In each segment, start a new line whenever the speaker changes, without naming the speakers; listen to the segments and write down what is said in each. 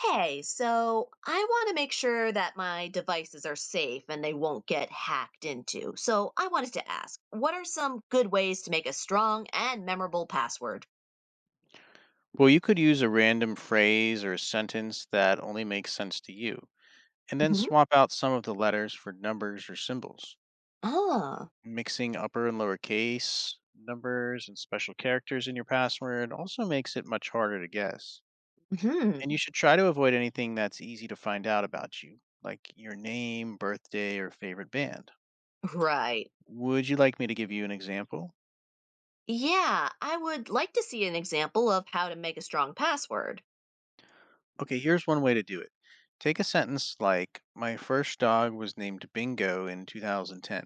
Hey, so I want to make sure that my devices are safe and they won't get hacked into. So I wanted to ask, what are some good ways to make a strong and memorable password?
Well, you could use a random phrase or a sentence that only makes sense to you, and then
Hmm.
swap out some of the letters for numbers or symbols.
Ah.
Mixing upper and lower case numbers and special characters in your password also makes it much harder to guess. And
Hmm.
you should try to avoid anything that's easy to find out about you, like your name, birthday, or favorite band.
Right.
Would you like me to give you an example?
Yeah, I would like to see an example of how to make a strong password.
Okay, here's one way to do it. Take a sentence like, my first dog was named Bingo in 2010,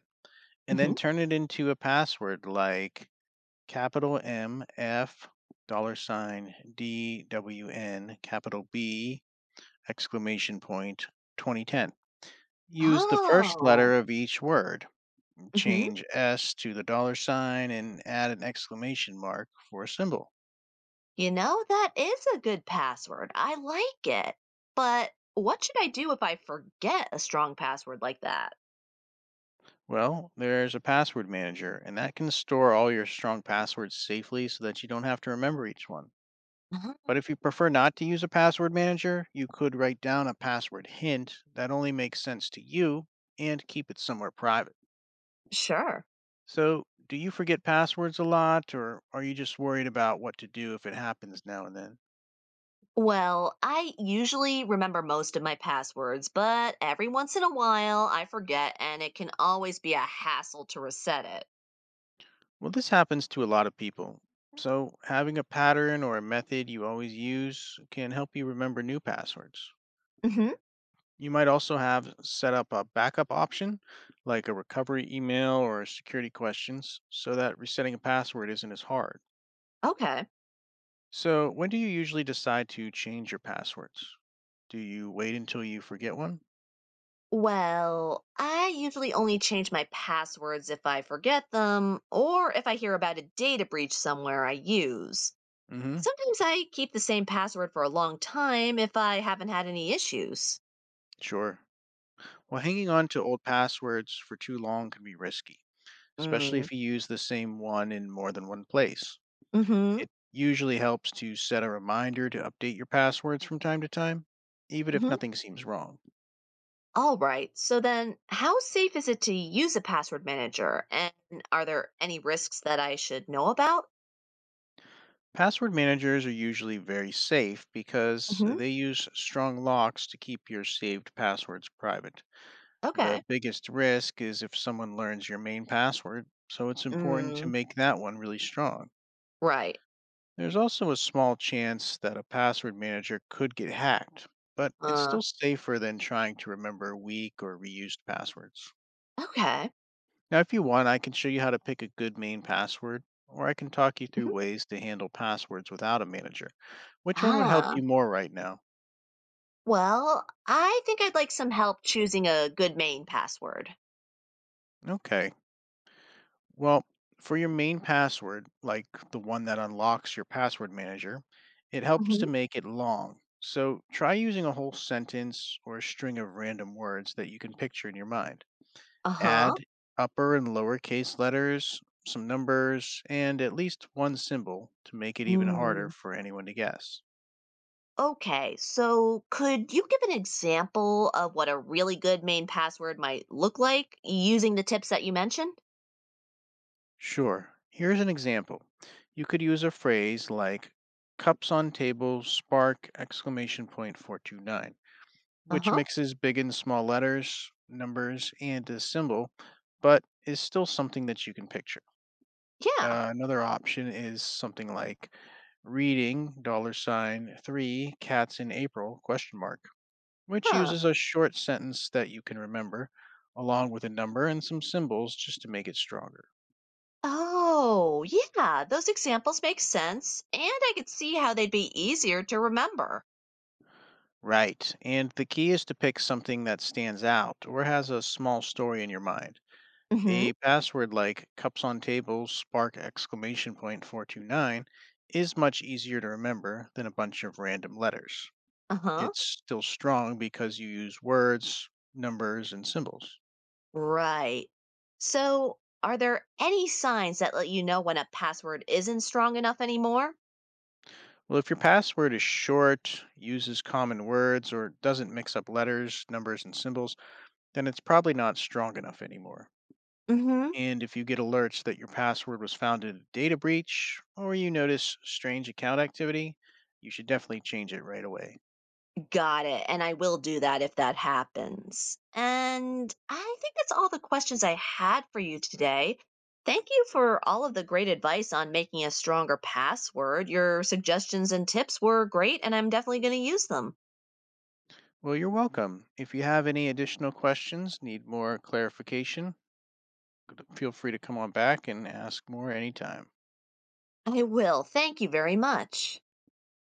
and then
Hmm.
turn it into a password like capital M F dollar sign DWN capital B exclamation point 2010. Use the first
Oh.
letter of each word.
Hmm.
Change S to the dollar sign and add an exclamation mark for a symbol.
That is a good password. I like it. But what should I do if I forget a strong password like that?
Well, there's a password manager, and that can store all your strong passwords safely so that you don't have to remember each one.
Uh-huh.
But if you prefer not to use a password manager, you could write down a password hint that only makes sense to you and keep it somewhere private.
Sure.
So, do you forget passwords a lot, or are you just worried about what to do if it happens now and then?
Well, I usually remember most of my passwords, but every once in a while I forget and it can always be a hassle to reset it.
Well, this happens to a lot of people. So, having a pattern or a method you always use can help you remember new passwords.
Mhm.
You might also have set up a backup option, like a recovery email or security questions, so that resetting a password isn't as hard.
Okay.
So, when do you usually decide to change your passwords? Do you wait until you forget one?
Well, I usually only change my passwords if I forget them or if I hear about a data breach somewhere I use.
Mm-hmm.
Sometimes I keep the same password for a long time if I haven't had any issues.
Sure. Well, hanging on to old passwords for too long can be risky, especially
Mm.
if you use the same one in more than one place.
Mhm.
It usually helps to set a reminder to update your passwords from time to time, even if
Mhm.
nothing seems wrong.
All right. So then, how safe is it to use a password manager? And are there any risks that I should know about?
Password managers are usually very safe because
Hmm.
they use strong locks to keep your saved passwords private. The
Okay.
biggest risk is if someone learns your main password, so it's important to
Mm,
make that one really strong.
right.
There's also a small chance that a password manager could get hacked, but it's
Uh,
still safer than trying to remember weak or reused passwords.
okay.
Now, if you want, I can show you how to pick a good main password, or I can talk you through
Mhm.
ways to handle passwords without a manager. Which one would help
Ah,
you more right now?
well, I think I'd like some help choosing a good main password.
Okay. Well, for your main password, like the one that unlocks your password manager, it helps to
Hmm.
make it long. So try using a whole sentence or a string of random words that you can picture in your mind.
Uh huh.
Add upper and lowercase letters, some numbers, and at least one symbol to make it even harder
Mm.
for anyone to guess.
Okay. So, could you give an example of what a really good main password might look like using the tips that you mentioned?
Sure, here's an example. You could use a phrase like cups on table spark exclamation point 429,
Uh
which
huh.
mixes big and small letters, numbers, and a symbol, but is still something that you can picture.
Yeah.
Another option is something like reading dollar sign three cats in April question mark, which
Huh.
uses a short sentence that you can remember, along with a number and some symbols just to make it stronger.
Oh, yeah, those examples make sense, and I could see how they'd be easier to remember.
Right, and the key is to pick something that stands out or has a small story in your mind.
Hmm.
A password like cups on tables spark exclamation point 429 is much easier to remember than a bunch of random letters.
Uh huh.
It's still strong because you use words, numbers, and symbols.
Right. So, are there any signs that let you know when a password isn't strong enough anymore?
Well, if your password is short, uses common words, or doesn't mix up letters, numbers, and symbols, then it's probably not strong enough anymore.
Hmm.
And if you get alerts that your password was found in a data breach, or you notice strange account activity, you should definitely change it right away.
Got it. And I will do that if that happens. And I think that's all the questions I had for you today. Thank you for all of the great advice on making a stronger password. Your suggestions and tips were great, and I'm definitely going to use them.
Well, you're welcome. If you have any additional questions, need more clarification, feel free to come on back and ask more anytime.
I will. Thank you very much.